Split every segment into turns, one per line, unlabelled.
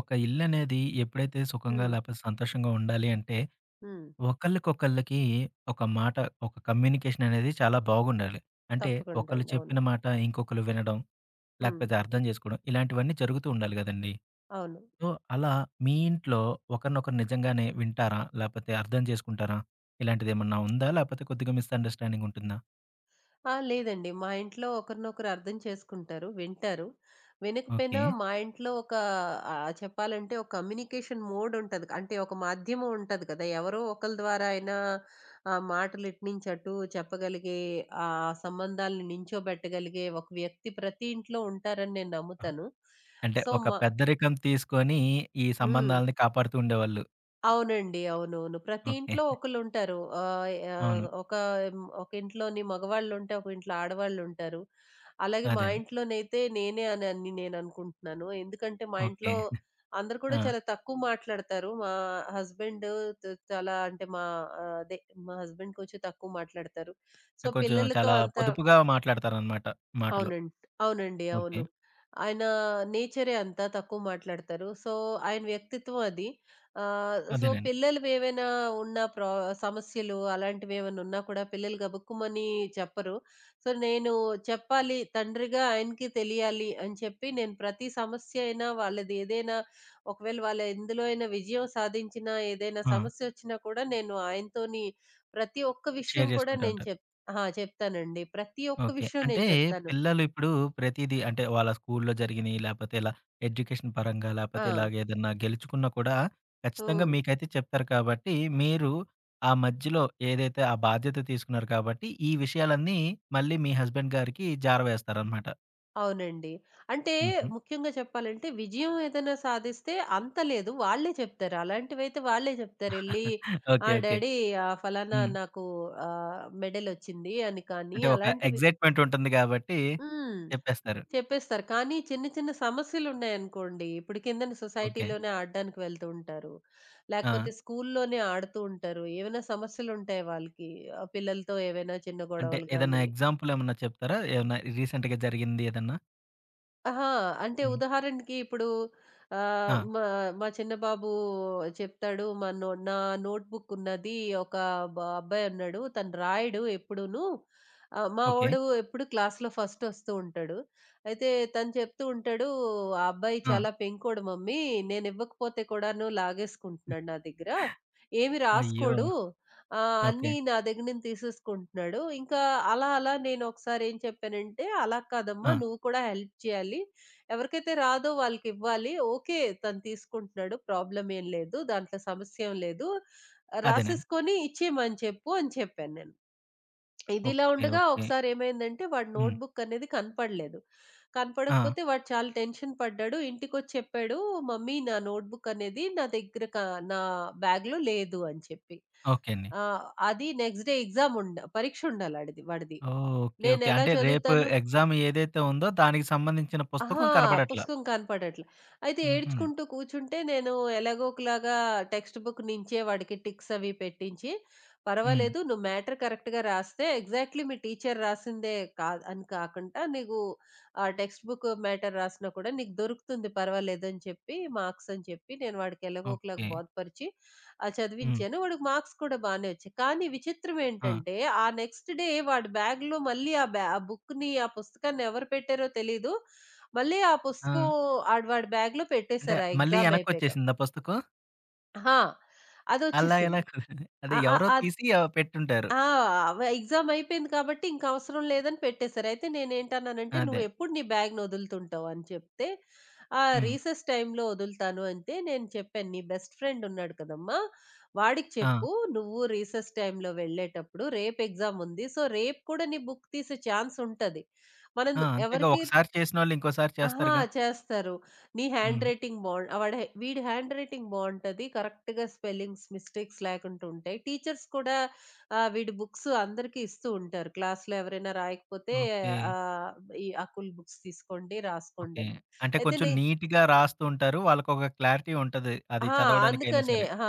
ఒక ఇల్లనేది ఎప్పుడైతే సుఖంగా
హ్మ్.
లేకపోతే సంతోషంగా ఉండాలి అంటే,
హ్మ్.
ఒకళ్ళకొకళ్ళకి ఒక మాట, ఒక కమ్యూనికేషన్ అనేది చాలా బాగుండాలి. అంటే
తప్పకుండా
ఒకళ్ళు
అండి. అవును.
చెప్పిన మాట ఇంకొకళ్ళు వినడం,
హ్మ్.
లేకపోతే అర్థం చేసుకోవడం ఇలాంటివన్నీ జరుగుతూ ఉండాలి గదండీ!
అవును.
సో, అలా మీ ఇంట్లో ఒకరినొకరు నిజంగానే వింటారా? లేకపోతే అర్థం చేసుకుంటారా? ఇలాంటిదేమన్నా ఉందా? లేకపోతే కొద్దిగా మిస్‌అండర్‌స్టాండింగ్ ఉంటుందా?
ఆ! లేదండి. మా ఇంట్లో ఒకరినొకరు అర్థం చేసుకుంటారు, వింటారు. వినకపోయినా
ఓకే.
మా ఇంట్లో ఒక చెప్పాలంటే ఒక కమ్యూనికేషన్ మోడ్ ఉంటది. అంటే ఒక మాధ్యమం ఉంటది కదా! ఎవరో ఒకళ్ళ ద్వారా అయినా మాటలు ఇటు నుంచి అటు చెప్పగలిగే, ఆ సంబంధాలను నించోబెట్టగలిగే ఒక వ్యక్తి ప్రతి ఇంట్లో ఉంటారని నేను నమ్ముతాను.
అంటే
సో,
ఒక
మా
పెద్దరికం తీసుకొని ఈ
హ్మ్.
సంబంధాలని కాపాడుతూ ఉండేవాళ్ళు.
అవునండి. అవునవును. ప్రతి
ఓకే.
ఇంట్లో ఒకళ్ళుంటారు. ఆహ్,
అవును.
ఆహ్, ఒక ఇంట్లోని మగవాళ్ళుంటే, ఒక ఇంట్లో ఆడవాళ్ళుంటారు. అలాగే
అదే
మా
అండి.
ఇంట్లోనైతే నేనే అనని నేననుకుంటున్నాను. ఎందుకంటే, మా
ఓకే.
ఇంట్లో అందరూ కూడా
ఆ!
చాలా తక్కువ మాట్లాడతారు. మా హస్బెండ్ చాలా అంటే మా ఆహ్, అదే మా హస్బెండ్ కొంచెం తక్కువ మాట్లాడతారు. సో,
కొంచెం
పిల్లలతో
చాలా
అంత
పొదుపుగా మాట్లాడతారనమాట మాటలు.
అవునండి. అవునండి.
ఓకే.
అవును. ఆయన నేచరే అంతా తక్కువ మాట్లాడతారు. సో, ఆయన వ్యక్తిత్వం అది. సో,
అదేనండి.
పిల్లలవేవైనా ఉన్న ప్రా సమస్యలు అలాంటివేవన్నా ఉన్నా కూడా పిల్లలు గబుక్కుమని చెప్పరు. సో, నేను చెప్పాలి తండ్రిగా ఆయనకి తెలియాలి అని చెప్పి నేను ప్రతి సమస్య అయినా వాళ్ళది ఏదైనా ఒకవేళ వాళ్ళు ఎందులో అయినా విజయం సాధించినా, ఏదైనా
ఆ!
సమస్యొచ్చినా కూడా నేను ఆయనతోని ప్రతి ఒక్క విషయం
షేర్
కూడా
చేసుకుంటా
నేను
ఉంటారు.
ఆ! చెప్తానండి. ప్రతి ఒక్క
ఓకే.
విషయం
అంటే
నేను చెప్తాను.
పిల్లలు ఇప్పుడు ప్రతీదీ అంటే వాళ్ళ స్కూల్లో జరిగినయి లేపోతే ఇలా ఎడ్యుకేషన్ పరంగా
ఆ!
లేపోతే ఇలాగ ఏదన్నా గెలుచుకున్నా కూడా ఖచ్చితంగా
హ్మ్.
మీకైతే చెప్తారు కాబట్టి మీరు ఆ మధ్యలో ఏదైతే ఆ బాధ్యత తీసుకున్నారు కాబట్టి ఈ విషయాలన్నీ మళ్ళీ మీ హస్బెండ్ గారికి జారవేస్తారనమాట.
అవునండి. అంటే
హుహు.
ముఖ్యంగా చెప్పాలంటే విజయం ఏదైనా సాధిస్తే అంత లేదు. వాళ్ళే చెప్తారు. అలాంటివైతే వాళ్ళే చెప్తారు. ఎళ్లి "ఆ!
ఓకే. ఓకే.
డ్యాడీ ఫలానా
హ్మ్.
నాకు మెడలొచ్చింది" అని కానీ
అంటే ఒక
అలాంటివి
ఎగ్జైట్‌మెంట్ ఉంటుంది కాబట్టి
హ్మ్.
చెప్పేస్తారు.
చెప్పేస్తారు. కానీ చిన్న చిన్న సమస్యలున్నాయనుకోండి, ఇప్పుడు కిందన
ఓకే.
సొసైటీలోనే ఆడడానికి వెళ్తూ ఉంటారు.
ఆ!
లేకపోతే స్కూల్లోనే ఆడుతూ ఉంటారు. ఏవైనా సమస్యలుంటాయి వాళ్ళకి. పిల్లలతో ఏవైనా చిన్న
అంటే
గొడవలు
ఏదన్నా
గాని
ఎగ్జాంపుల్ ఏమన్నా చెప్తారా? ఏమన్నా రీసెంట్‌గా జరిగింది ఏదన్నా?
అహా! అంటే
హ్మ్.
ఉదాహరణకి ఇప్పుడు ఆహ్,
ఆ!
మా మా చిన్న బాబు చెప్తాడు. మా నో నా నోట్‌బుక్ ఉన్నది. ఒక అబ్బాయి ఉన్నాడు. తను రాయడు ఎప్పుడూను. మా
ఓకే.
వోడు ఎప్పుడు క్లాస్‌లో ఫస్ట్ వస్తూ ఉంటాడు. అయితే తను చెప్తూ ఉంటాడు. "ఆ అబ్బాయి
ఆ!
చాలా పెంకోడు మమ్మీ. నేను ఇవ్వకపోతే కూడాను లాగేసుకుంటున్నాడు నా దగ్గర. ఏమి
అయ్యో!
రాసుకోడు. ఆ!
ఓకే.
అన్నీ నా దగ్గర నుంచి తీసేసుకుంటున్నాడు. ఇంకా అలా అలా నేనొకసారి ఏం చెప్పానంటే, "అలా కాదమ్మా!
ఆ!
నువ్వు కూడా హెల్ప్ చేయాలి. ఎవరికైతే రాదో వాళ్ళకివ్వాలి. ఓకే. తను తీసుకుంటున్నాడు. ప్రాబ్లమ్ ఏం లేదు. దాంట్లో సమస్యేం లేదు.
అదేనండి.
రాసేసుకొని ఇచ్చేయమని చెప్పు" అని చెప్పాను నేను. ఇదిలా
ఓకే.
ఉండగా
ఓకే.
ఒకసారి ఏమైందంటే, వాడి
హ్మ్.
నోట్‌బుక్ అనేది కనపడలేదు.
ఆ!
కనపడకపోతే వాడు చాలా టెన్షన్ పడ్డాడు. ఇంటికొచ్చి చెప్పాడు, "మమ్మీ నా నోట్‌బుక్ అనేది నా దగ్గర నా బ్యాగ్‌లో లేదు" అని చెప్పి.
ఓకే అండి.
ఆ! అది నెక్స్ట్ డే ఎగ్జామ్ పరీక్ష ఉండాలాడిది వాడిది.
ఓహ్! ఓకే. ఓకే.
నేనెలా
అంటే రేపు
చదువుతాను?
ఎగ్జామ్ ఏదైతే ఉందో దానికి సంబంధించిన పుస్తకం
అహా!
కనపడట్లా.
పుస్తకం కనపడట్లే. అయితే
హుహు.
ఏడ్చుకుంటూ కూర్చుంటే, నేను ఎలాగో ఒకలాగా టెక్స్ట్ బుక్ నించే వాడికి టిక్స్ అవి పెట్టించి,
హ్మ్.
"పర్వాలేదు నువ్వు మ్యాటర్ కరెక్ట్‌గా రాస్తే, ఎగ్జాక్ట్‌లీ మీ టీచర్ రాసిందే కాదు అని కాకుండా, నీకు ఆ టెక్స్ట్ బుక్ మ్యాటర్ రాసినా కూడా నీకు దొరుకుతుంది పర్వాలేదు" అని చెప్పి, మార్క్స్ అని చెప్పి, నేను వాడికి ఎలాగో ఒకలాగా
ఓకే.
బోధపరిచి,
హ్మ్.
చదివించాను. వాడికి మార్క్స్ కూడా బానే వచ్చాయి. కానీ విచిత్రం
ఆ!
ఏంటంటే, ఆ నెక్స్ట్ డే వాడి బ్యాగ్‌లో మళ్ళీ ఆ ఆ బుక్‌ని, ఆ పుస్తకాన్ని ఎవరు పెట్టారో తెలీదు. మళ్ళీ ఆ
ఆ!
పుస్తకం వాడి బ్యాగ్‌లో
అంటే
పెట్టేసారు ఆ
మళ్ళీ
ఎగ్జామ్ అయిపోయాక.
వెనక్కొచ్చేసిందా పుస్తకం?
అహా!
అలా ఎలా
అదొచ్చేసింది.
కుదిరింది? అదే
అ అ
ఎవరో
అద్
తీసి పెట్టుంటారు.
ఆ! ఎగ్జామ్ అయిపోయింది కాబట్టి ఇంక అవసరం లేదని పెట్టేసారు. అయితే నేనేంటన్నానంటే,
అదే.
"నువ్వెప్పుడు నీ బ్యాగ్‌ని వదులుతుంటావు?" అని చెప్తే,
హ్మ్.
రీసెస్ టైమ్‌లో వదులుతాను" అంటే నేను చెప్పాను, "నీ బెస్ట్ ఫ్రెండ్ ఉన్నాడు కదమ్మా! వాడికి
ఆ!
చెప్పు నువ్వు రీసెస్ టైమ్‌లో వెళ్ళేటప్పుడు రేపు ఎగ్జామ్ ఉంది. సో, రేపు కూడా నీ బుక్ తీసే ఛాన్స్ ఉంటది. మనం
ఆ! అంతేగా
ఎవరికీ
ఒకసారి చేసినోళ్ళు ఇంకోసారి
ఆహా!
చేస్తారుగా.
చేస్తారు. నీ హ్యాండ్
హ్మ్.
రైటింగ్ బావుం వాడి హే వీడి హ్యాండ్ రైటింగ్ బావుంటది. కరెక్ట్‌గా స్పెల్లింగ్స్, మిస్టేక్స్ లేకుండా ఉంటాయి. టీచర్స్ కూడా వీడి బుక్స్ అందరికీ ఇస్తూ ఉంటారు. క్లాస్‌లో ఎవరైనా రాయకపోతే
ఓకే.
ఆహ్, ఈ బుక్స్ తీసుకోండి,
ఓకే.
రాసుకోండని.
అంటే
అయితే
కొంచెం నీట్‌గా రాస్తూ ఉంటారు. వాళ్ళకొక క్లారిటీ ఉంటది. అది
ఆ!
చదవడానికైనా
అందుకనే.
సరే.
ఆ!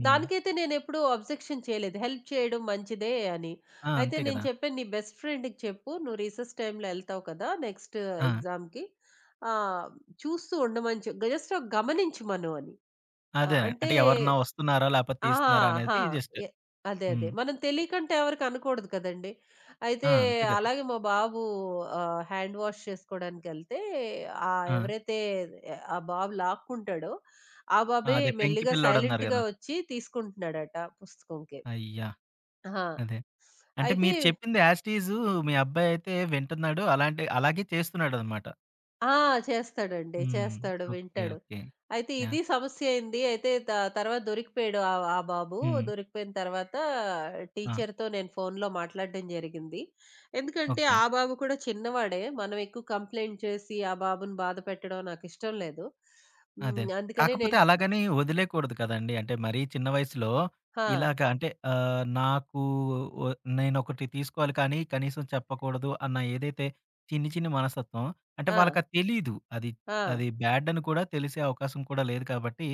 హ్మ్.
దానికైతే నేనెప్పుడూ అబ్జెక్షన్ చేయలేదు. హెల్ప్ చేయడం మంచిదే అని.
ఆ!
అయితే
అంతే
నేను
కదా!
చెప్పాను, "నీ బెస్ట్ ఫ్రెండ్‌కి చెప్పు. నువ్వు రీసెస్ టైమ్‌లో ఎళ్తావు కదా! నెక్స్ట్
ఆ!
ఎగ్జామ్‌కి. ఆహ్, చూస్తూ ఉండమని జస్ట్ గమనించమను" అని.
అదే.
అంటే
అంటే ఎవరన్నా వస్తున్నారా? లేపోతే
ఆ!
తీస్తున్నారా?
ఆ!
అనేది జస్ట్.
ఎ అదే. అదే.
హ్మ్.
మనం తెలియకంటే ఎవరికి అనకూడదు కదండీ!
ఆ!
అయితే
అంతే కదా!
అలాగే మా బాబు హ్యాండ్ వాష్ చేసుకోవడానికెళ్తే
ఆ!
ఎవరైతే ఆ బాబు లాక్కుంటాడో, ఆ
ఆ!
బాబే
అదే పెంకి
మెల్లిగా
పిల్లోడన్నారు
సైలెంట్‌గా
గదా!
వచ్చి తీసుకుంటున్నాడట పుస్తకంకి.
అయ్యా!
ఆ!
అదే. అంటే
అయితే
మీరు చెప్పింది యాజ్ ఇట్ ఈజ్ మీ అబ్బాయయితే వింటున్నాడు. అలాంటి అలాగే చేస్తున్నాడనమాట.
ఆ! చేస్తాడండి.
హ్మ్.
చేస్తాడు.
ఓకే.
వింటాడు.
ఓకే.
అయితే
యాహ్!
ఇది సమస్య అయింది. అయితే తర్వాత దొరికిపోయాడు ఆ ఆ బాబు.
హ్మ్.
దొరికిపోయిన తర్వాత
ఆ!
టీచర్‌తో నేను ఫోన్‌లో మాట్లాడడం జరిగింది. ఎందుకంటే
ఓకే.
ఆ బాబు కూడా చిన్నవాడే. మనం ఎక్కువ కంప్లెయింట్ చేసి ఆ బాబుని బాధ పెట్టడం నాకిష్టం లేదు.
అదే.
హ్మ్. అందుకనే
కాకపోతే
నేను
అలాగని వదిలేయకూడదు కదండీ. అంటే మరీ చిన్న వయసులో
ఆ!
ఇలాగ అంటే నాకు ఒ నేనొకటి తీసుకోవాలి కానీ కనీసం చెప్పకూడదు అన్న ఏదైతే చిన్ని చిన్ని మనస్తత్వం అంటే
ఆ!
వాళ్ళకది తెలీదు. అది
ఆ!
అది బ్యాడ్ అని కూడా తెలిసే అవకాశం కూడా లేదు కాబట్టి,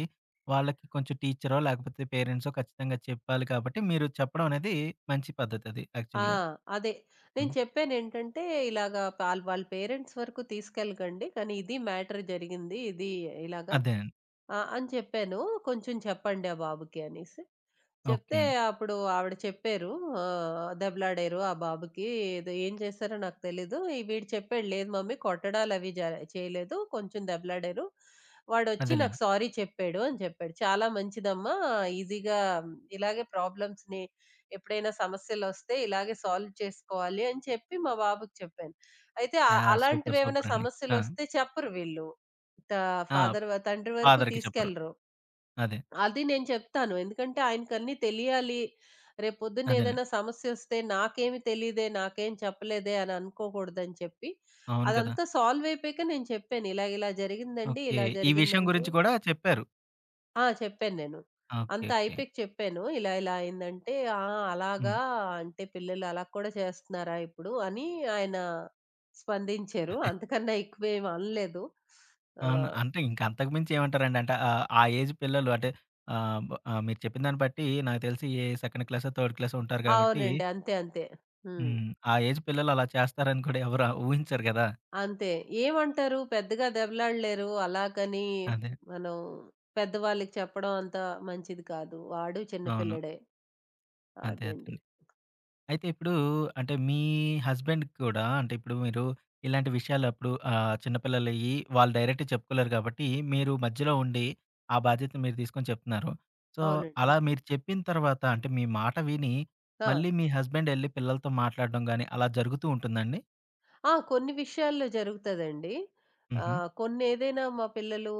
వాళ్ళకి కొంచెం టీచరో లేకపోతే పేరెంట్సో ఖచ్చితంగా చెప్పాలి కాబట్టి మీరు చెప్పడం అనేది మంచి పద్ధతది
ఆ!
యాక్చువల్‌గా.
అదే. నేను
హ్మ్.
చెప్పానేంటంటే ఇలాగా ఆల్ వాళ్ళ పేరెంట్స్ వరకు తీసుకెళ్ళకండి. కానీ ఇది మ్యాటర్ జరిగింది. ఇది ఇలాగా
అదేనండి.
ఆ! అని చెప్పాను. కొంచెం చెప్పండి ఆ బాబుకి అనేసి. చెప్తే
ఓకే.
అప్పుడు ఆవిడ చెప్పారు. దెబ్బలాడారు ఆ బాబుకి. ఏదో ఏం చేశారో నాకు తెలీదు. ఈ వీడు చెప్పాడు, "లేదు మమ్మీ కొట్టడాలవి చేయలేదు. కొంచెం దెబ్బలాడారు. వాడొచ్చి నాకు
అదేలెండి.
సారీ చెప్పాడు" అని చెప్పాడు. "చాలా మంచిదమ్మా. ఈజీగా ఇలాగే ప్రాబ్లమ్స్‌ని ఎప్పుడైనా సమస్యలొస్తే ఇలాగే సాల్వ్ చేసుకోవాలి" అని చెప్పి మా బాబుకి చెప్పాను. అయితే
యాహ్! సూపర్.
అలాంటివేమైనా
సూపర్ అండి. ఆ!
సమస్యలొస్తే చెప్పరు వీళ్ళు. త
ఆ!
ఫాదర్ వ తండ్రి వరకు
ఫాదర్‌కి చెప్పరు.
తీసుకెళ్లరు.
అదే.
అది నేను చెప్తాను. ఎందుకంటే ఆయనకన్నీ తెలియాలి. రేపొద్దున్న
అదేనండి.
ఏదైనా సమస్యొస్తే నాకేమి తెలీదే, నాకేం చెప్పలేదే అని అనుకోకూడదని చెప్పి,
అవును కదా!
అదంతా సాల్వ్ అయిపోయాక నేను చెప్పాను. ఇలాగ ఇలా జరిగిందండి.
ఓకే.
ఇలా
ఈ విషయం
జరిగిందంటే
గురించి కూడా చెప్పారు.
ఆ! చెప్పాను నేను.
ఓకే.
అంతా
ఓకే.
అయిపోయాక చెప్పాను. ఇలా ఇలా అయిందంటే, "ఆ! అలాగా
హ్మ్.
అంటే పిల్లలు అలా కూడా చేస్తున్నారా ఇప్పుడు?" అని ఆయన స్పందించారు.
అదే.
అంతకన్నా ఎక్కువేమి అనలేదు.
అవును.
ఆహ్,
అంటే ఇంక అంతకు మించి ఏమంటారండి? అంటే ఆ ఏజ్ పిల్లలు అంటే మీరు చెప్పిన దాన్ని బట్టి నాకు తెలిసి ఏ సెకండ్ క్లాసో, థర్డ్ క్లాసో ఉంటారు కాబట్టి
అవునండి. అంతే. అంతే. హ్మ్.
హ్మ్. ఆ ఏజ్ పిల్లలు అలా చేస్తారని కూడా ఎవరు ఊహించరు గదా!
అంతే. ఏమంటారు? పెద్దగా దెబ్బలాడలేరు. అలాగని
అదే.
మనం పెద్దవాళ్ళకి చెప్పడం అంత మంచిది కాదు. వాడు చిన్న
అవును.
పిల్లడే.
అదే. అదే.
అదండి.
అయితే ఇప్పుడు అంటే మీ హస్బెండ్‌కి కూడా అంటే ఇప్పుడు మీరు ఇలాంటి విషయాలు అప్పుడు చిన్న పిల్లలయ్యి వాళ్ళు డైరెక్ట్‌గా చెప్పుకోలేరు కాబట్టి మీరు మధ్యలో ఉండి ఆ బాధ్యత మీరు తీసుకొని చెప్తున్నారు. సో,
అవునండి.
అలా మీరు చెప్పిన తర్వాత అంటే మీ మాట విని
ఆ!
మళ్ళీ మీ హస్బెండ్ ఎళ్లి పిల్లలతో మాట్లాడడం గాని అలా జరుగుతూ ఉంటుందండి?
ఆ! కొన్ని విషయాల్లో జరుగుతదండి.
హుహు.
కొన్నేదైనా మా పిల్లలు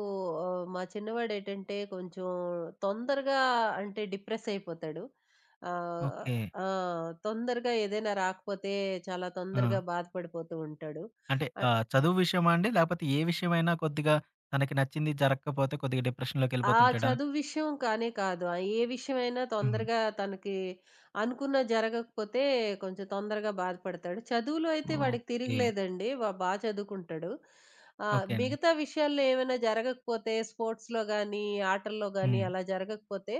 మా చిన్నవాడేటంటే కొంచెం తొందరగా అంటే డిప్రెస్ అయిపోతాడు. ఆహ్,
ఓకే.
ఆ! తొందరగా ఏదైనా రాకపోతే చాలా తొందరగా
ఆ!
బాధపడిపోతూ ఉంటాడు.
అంటే
అ
చదువు విషయమా అండి? లేకపోతే ఏ విషయమైనా కొద్దిగా తనకి నచ్చింది జరగకపోతే కొద్దిగా
ఆ
డిప్రెషన్‌లోకెళ్ళిపోతుంటాడా?
చదువు విషయం కానే కాదు. ఏ విషయమైనా
హుహు.
తొందరగా తనకి అనుకున్నది జరగకపోతే కొంచెం తొందరగా బాధపడతాడు. చదువులో అయితే వాడికి
ఓకే.
తిరగలేదండి. వ బా చదువుకుంటాడు.
ఓకే అండి.
మిగతా విషయాల్లో ఏమైనా జరగకపోతే స్పోర్ట్స్‌లో గానీ, ఆటల్లో గానీ
హ్మ్.
అలా జరగకపోతే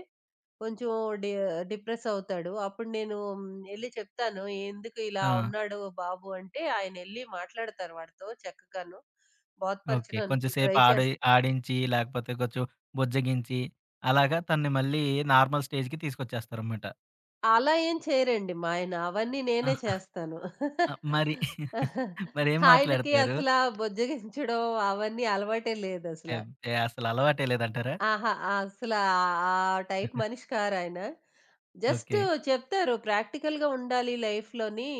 కొంచెం డి డిప్రెస్ అవుతాడు. అప్పుడు నేను ఎళ్లి చెప్తాను. "ఎందుకు ఇలా
ఆ!
ఉన్నాడు బాబు" అంటే ఆయనెళ్లి మాట్లాడతారు వాడితో చక్కగాను.
ఓకే. కొంచెం
బోధపరచడానికి
సేపు
ట్రై
ఆడి
చేస్తారు.
ఆడించి, లేకపోతే కొంచెం బుజ్జగించి, అలాగా తనని మళ్ళీ నార్మల్ స్టేజ్‌కి తీసుకొచ్చేస్తారనమాట.
అలా ఏం చేయరండి మా ఆయన. అవన్నీ నేనే
ఆహా!
చేస్తాను.
మరి మరేం
ఆయనకి
మాట్లాడతారు?
అసలా బుజ్జగించడం అవన్నీ అలవాటే లేదసల.
అబ్బే! అసలు అలవాటే లేదంటారా?
అహా! అసలు ఆ టైప్ మనిషి కారాయన. Just
okay.
చెప్తారు ప్రాక్టికల్‌గా ఉండాలి లైఫ్‌లోని.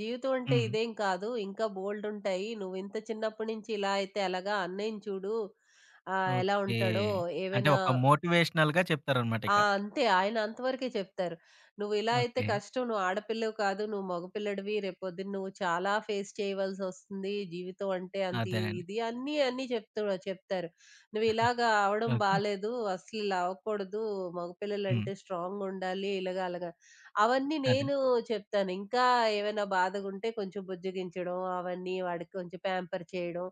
జీవితం అంటే
హ్మ్.
ఇదేం కాదు. ఇంకా బోలెడుంటాయి. నువ్వింత చిన్నప్పటి నుంచి ఇలా అయితే ఎలాగా? అన్నయ్యని చూడు. ఎలా
ఓకే.
ఉంటాడో
అంటే
ఏవైనా
ఒక మోటివేషనల్‌గా చెప్తారనమాట
ఆ!
ఇక.
అంతే. ఆయన అంతవరకే చెప్తారు. "నువ్విలా అయితే
ఓకే.
కష్టం. నువ్వు ఆడపిల్లవి కాదు. నువ్వు మగపిల్లడివి. రేపొద్దున నువ్వు చాలా ఫేస్ చేయవలసొస్తుంది. జీవితం అంటే అంత
అదేనండి.
ఇది" అన్నీ, అన్నీ చెప్తూ చెప్తారు. "నువ్విలాగా అవ్వడం
ఓకే.
బాలేదు. అసలిలా అవ్వకూడదు.
హ్మ్.
మగపిల్లలంటే స్ట్రాంగుండాలి." ఇలాగ అలాగా. అవన్నీ
అదే.
నేను చెప్తాను. ఇంకా ఏవైనా బాధగుంటే కొంచెం బుజ్జగించడం, అవన్నీ వాడికి కొంచెం ప్యాంపర్ చేయడం,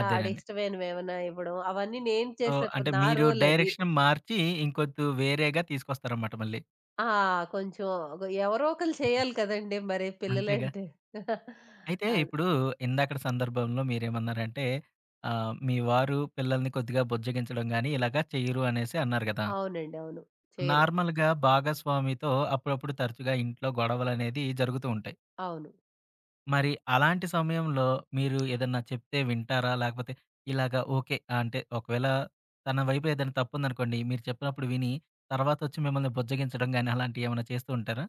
అదేనండి.
ఆడిష్టమైనవేవన్నా ఇవ్వడం, అవన్నీ నేను
సో,
చేసే
అంటే
నా
మీరు
రోలది.
డైరెక్షన్ మార్చి ఇంకొద్దు వేరేగా తీసుకొస్తారనమాట మళ్ళీ.
ఆ! కొంచెం ఎవరో ఒకళ్ళు చేయాలి కదండీ! మరి
అంతేగా?
పిల్లలంటే.
అయితే
అది.
ఇప్పుడు ఇందాకటి సందర్భంలో మీరేమన్నారంటే, మీ వారు పిల్లల్ని కొద్దిగా బుజ్జగించడం గాని, ఇలాగా చెయ్యరు అనేసి అన్నారు గదా!
అవునండి. అవును. చేయరు.
నార్మల్‌గా భాగస్వామితో అప్పుడప్పుడు తరచుగా ఇంట్లో గొడవలనేది జరుగుతూ ఉంటాయి.
అవును.
మరి అలాంటి సమయంలో మీరు ఏదన్నా చెప్తే వింటారా? లేకపోతే ఇలాగా ఓకే. అంటే ఒకవేళ తన వైపు ఏదైనా తప్పుందనుకోండి, మీరు చెప్పినప్పుడు విని, తర్వాతొచ్చి మిమ్మల్ని బుజ్జగించడం గాని, అలాంటియేమన్నా చేస్తూ ఉంటారా?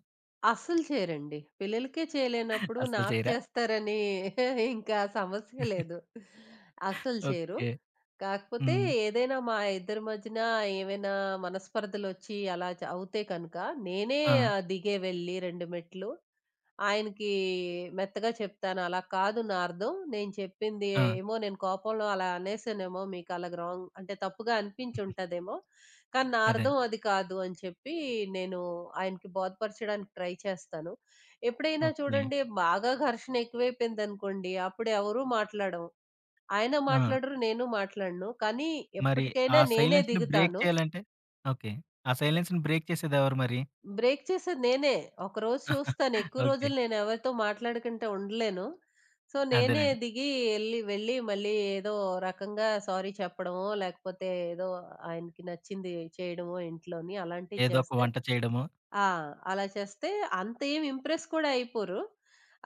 అస్సలు చేయరండి. పిల్లలకే చేయలేనప్పుడు
అస్సలు
నాకు
చేయరా?
చేస్తారని ఇంకా సమస్య లేదు. అస్సలు చేయరు.
ఓకే.
కాకపోతే
హ్మ్.
ఏదైనా మా ఇద్దరి మధ్యన ఏమైనా మనస్పర్ధలొచ్చి అలా అవుతే కనుక నేనే
ఆ!
దిగే వెళ్లి 2 మెట్లు ఆయనకి మెత్తగా చెప్తాను. అలా కాదు నా అర్థం. నేను చెప్పింది
ఆ!
ఏమో నేను కోపంలో అలా అనేసానేమో మీకు అలా రాంగ్ అంటే తప్పుగా అనిపించుంటదేమో. కానీ నా
అదే.
అర్థం అది కాదు అని చెప్పి నేను ఆయనకి బోధపరచడానికి ట్రై చేస్తాను. ఎప్పుడైనా
ఓకే.
చూడండి బాగా ఘర్షణ ఎక్కువైపోయిందనుకోండి అప్పుడు ఎవరు మాట్లాడం. ఆయన
ఆ!
మాట్లాడరు, నేను మాట్లాడను. కానీ
మరి ఆ
ఎప్పటికైనా నేనే
సైలెన్స్‌ని బ్రేక్
దిగుతాను.
చేయాలంటే? ఓకే. ఆ సైలెన్స్‌ని బ్రేక్ చేసేదెవరు మరి?
బ్రేక్ చేసేది నేనే. ఒకరోజు చూస్తాను. ఎక్కువ
ఓకే.
రోజులు నేనెవరితో మాట్లాడకుండా ఉండలేను. సో, నేనే
అదేనండి.
దిగి వెళ్ళి మళ్ళీ ఏదో రకంగా సారీ చెప్పడమో, లేకపోతే ఏదో ఆయనకి నచ్చింది చేయడమో ఇంట్లోని అలాంటివి
ఏదో ఒక
చేస్తే
వంట చేయడమో
ఆ! అలా చేస్తే అంత ఏమి ఇంప్రెస్ కూడా అయిపోరు.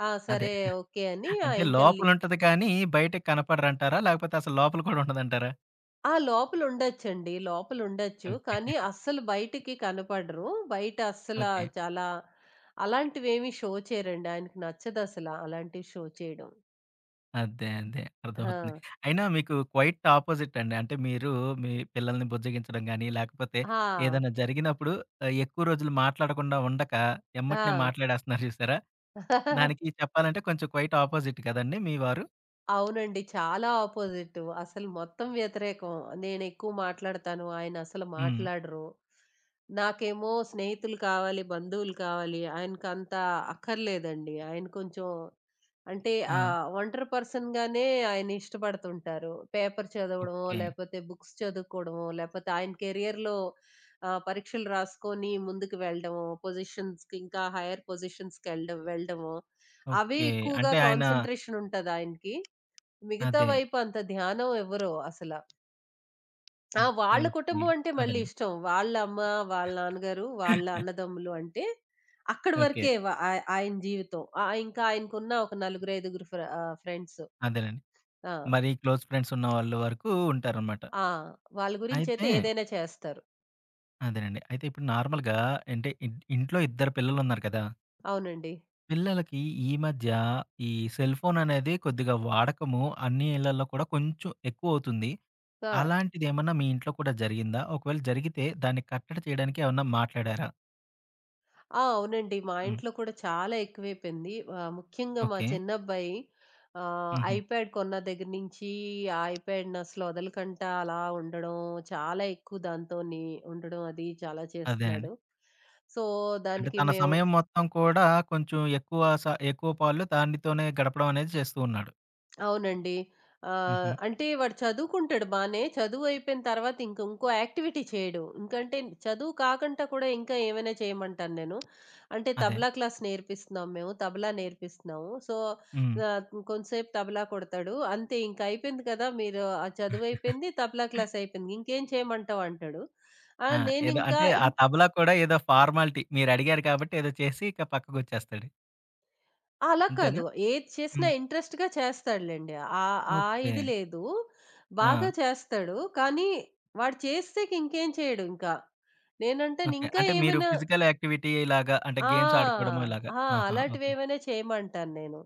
ఆ!
అదే.
సరే, ఓకే అని ఆ!
అంటే
ఇంక లి
లోపలుంటది కానీ బయటకి కనపడరంటారా? లేకపోతే అసలు లోపల కూడా ఉండదంటారా?
ఆ! లోపలుండొచ్చండి. లోపలుండొచ్చు.
ఓకే.
కానీ అస్సలు బయటికి కనపడరు. బయట అస్సల
ఓకే.
చాలా అలాంటివేమి షో చేయరండి. ఆయనకి నచ్చదసల అలాంటివి షో చేయడం.
అదే. అదే.
ఆ!
అర్థమవుతుంది. అయినా మీకు క్వైట్ అపోజిట్ అండి. అంటే మీరు మీ పిల్లల్ని బుజ్జగించడం గాని, లేకపోతే
ఆ!
ఏదైనా జరిగినప్పుడు ఎక్కువ రోజులు మాట్లాడకుండా ఉండక ఎమ్మటనే
ఆ!
మాట్లాడేస్తున్నారు చూసారా? దానికి చెప్పాలంటే కొంచెం క్వైట్ అపోజిట్ కదండీ మీ వారు?
అవునండి. చాలా ఆపోజిట్. అసలు మొత్తం వ్యతిరేకం. నేనెక్కువ మాట్లాడతాను. ఆయనసలు
హ్మ్.
మాట్లాడరు. నాకేమో స్నేహితులు కావాలి, బంధువులు కావాలి. ఆయనకంత అక్కర్లేదండి. ఆయన కొంచెం అంటే
ఆ!
ఒంటరి పర్సన్‌గానే ఆయన ఇష్టపడుతుంటారు. పేపర్ చదవడమో,
ఓకే.
లేపోతే బుక్స్ చదువుకోవడమో, లేపోతే ఆయన కెరియర్‌లో పరీక్షలు రాసుకొని ముందుకు వెళ్ళడమో, పొజిషన్స్‌కి ఇంకా హైయర్ వెళ్ళడమో, అవే
ఓకే.
ఎక్కువగా
అంటే ఆయన
కాన్సంట్రేషన్ ఉంటది ఆయనకి. మిగతా
అదే.
వైపు అంత ధ్యానం ఇవ్వరు అసల. ఆ!
ఓకే.
వాళ్ళ
ఓకే.
కుటుంబం అంటే మళ్ళీ
అదేలెండి.
ఇష్టం. వాళ్ళ అమ్మ, వాళ్ళ నాన్నగారు, వాళ్ళ అన్నదమ్ములు అంటే అక్కడి
ఓకే.
వరకే వ ఆయ ఆయన జీవితం. ఇంకా ఆయనకున్న ఒక నలుగురు, ఐదుగురు ఫ్రెండ్స్.
అదేలెండి.
ఆ!
మరి క్లోజ్ ఫ్రెండ్స్ ఉన్నవాళ్ళు వరకు ఉంటారనమాట.
ఆ! వాళ్ళ గురించయితే
అయితే
ఏదైనా చేస్తారు.
అదేనండి. అయితే ఇప్పుడు నార్మల్‌గా అంటే ఇన్ ఇంట్లో ఇద్దరు పిల్లలున్నారు కదా!
అవునండి.
పిల్లలకి ఈ మధ్య ఈ సెల్ ఫోన్ అనేది కొద్దిగా వాడకము అన్ని ఇళ్లల్లో కూడా కొంచెం ఎక్కువవుతుంది.
ఆ!
అలాంటిదేమన్నా మీ ఇంట్లో కూడా జరిగిందా? ఒకవేళ జరిగితే దాన్ని కట్టడి చేయడానికి ఏమన్నా మాట్లాడారా?
ఆ! అవునండి. మా
హ్మ్.
ఇంట్లో కూడా చాలా ఎక్కువైపోయింది. ముఖ్యంగా మా
ఓకే.
చిన్నబ్బాయి
హుహు.
ఐప్యాడ్ కొన్న దగ్గర నుంచి ఆ ఐప్యాడ్‌ని అసలు వదలకంట అలా ఉండడం, చాలా ఎక్కువ దాంతోని ఉండడం అది చాలా
అదేనండి.
చేస్తున్నాడు. సో,
అంటే
దానికి
తన
మేము
సమయం మొత్తం కూడా కొంచెం ఎక్కువ స ఎక్కువ పాళ్ళు దానితోనే గడపడం అనేది చేస్తూ ఉన్నాడు.
అవునండి.
హుహు.
అంటే వాడు చదువుకుంటాడు బానే. చదువు అయిపోయిన తర్వాత ఇంక ఇంకో యాక్టివిటీ చేయడు. ఇంకంటే చదువు కాకుండా కూడా ఇంకా ఏమైనా చేయమంటాను నేను. అంటే
అదే.
తబలా క్లాస్ నేర్పిస్తున్నాం మేము. తబలా నేర్పిస్తున్నాము. సో,
హ్మ్.
ఆహ్, కొంతసేపు తబలా కొడతాడు. అంతే ఇంక అయిపోయింది కదా! మీరు ఆ చదువు అయిపోయింది. తబలా క్లాస్ అయిపోయింది. ఇంకేం చేయమంటావు అంటాడు. ఆ!
ఆ! ఏదో
నేనింకా
అంటే ఆ
ఇం
తబలా కూడా ఏదో ఫార్మాలిటీ మీరడిగారు కాబట్టి ఏదో చేసి ఇక పక్కకొచ్చేస్తాడు.
ఆ! అలా
అంతేనా?
కాదు. ఏది చేసినా
హ్మ్.
ఇంట్రెస్ట్‌గా చేస్తాడులెండి. ఆహ్, ఆ
ఓకే.
ఇది లేదు. బాగా
ఆ!
చేస్తాడు. కానీ వాడు చేస్తే ఇంకేం చేయడు ఇంకా. నేనంటాను
ఓకే.
ఇంకా
అంటే మీరు
ఏమైనా
ఫిజికల్ యాక్టివిటీ ఇలాగా అంటే గేమ్స్
ఆ!
ఆడుకోవడము ఇలాగా.
ఆ!
ఆహా! ఓకే.
అలాంటివేమైనా చేయమంటాను నేను.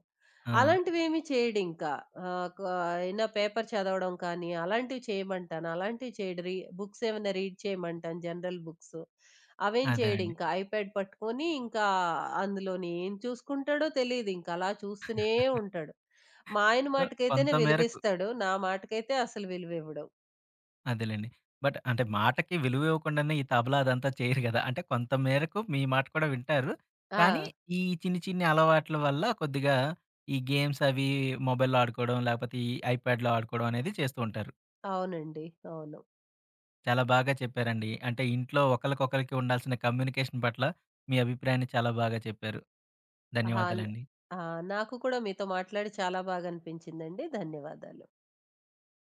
ఆ!
అలాంటివేమి చేయడింకా. ఆహ్, క అయినా పేపర్ చదవడం కానీ, అలాంటివి చేయమంటాను. అలాంటివి చేయడు. బుక్సేమన్నా రీడ్ చేయమంటాను జనరల్ బుక్స్. అవేం
అదేనండి.
చేయడింకా. ఐప్యాడ్ పట్టుకొని ఇంకా అందులోని ఏం చూసుకుంటాడో తెలీదింక. అలా చూస్తూనే ఉంటాడు. మా ఆయన
సో, కొంత
మాటకైతేనే
మేరకు
విలువిస్తాడు. నా మాటకైతే అసలు విలువివ్వడు.
అదేలెండి. బట్ అంటే మాటకి విలువివ్వకుండానే ఈ తబలా అదంతా చేయరు గదా! అంటే కొంత మేరకు మీ మాట కూడా వింటారు. కానీ
ఆ!
ఈ చిన్ని చిన్ని అలవాట్ల వల్ల కొద్దిగా ఈ గేమ్స్ అవి మొబైల్‌లో ఆడుకోవడం, లేపోతే ఈ ఐప్యాడ్‌లో ఆడుకోవడం అనేది చేస్తూ ఉంటారు.
అవునండి. అవును.
చాలా బాగా చెప్పారండి. అంటే ఇంట్లో ఒకళ్ళకొకళ్ళకి ఉండాల్సిన కమ్యూనికేషన్ పట్ల మీ అభిప్రాయాన్ని చాలా బాగా చెప్పారు.
ఆహా!
ధన్యవాదాలండి.
ఆ! నాకు కూడా మీతో మాట్లాడి చాలా బాగా అనిపించిందండి. ధన్యవాదాలు.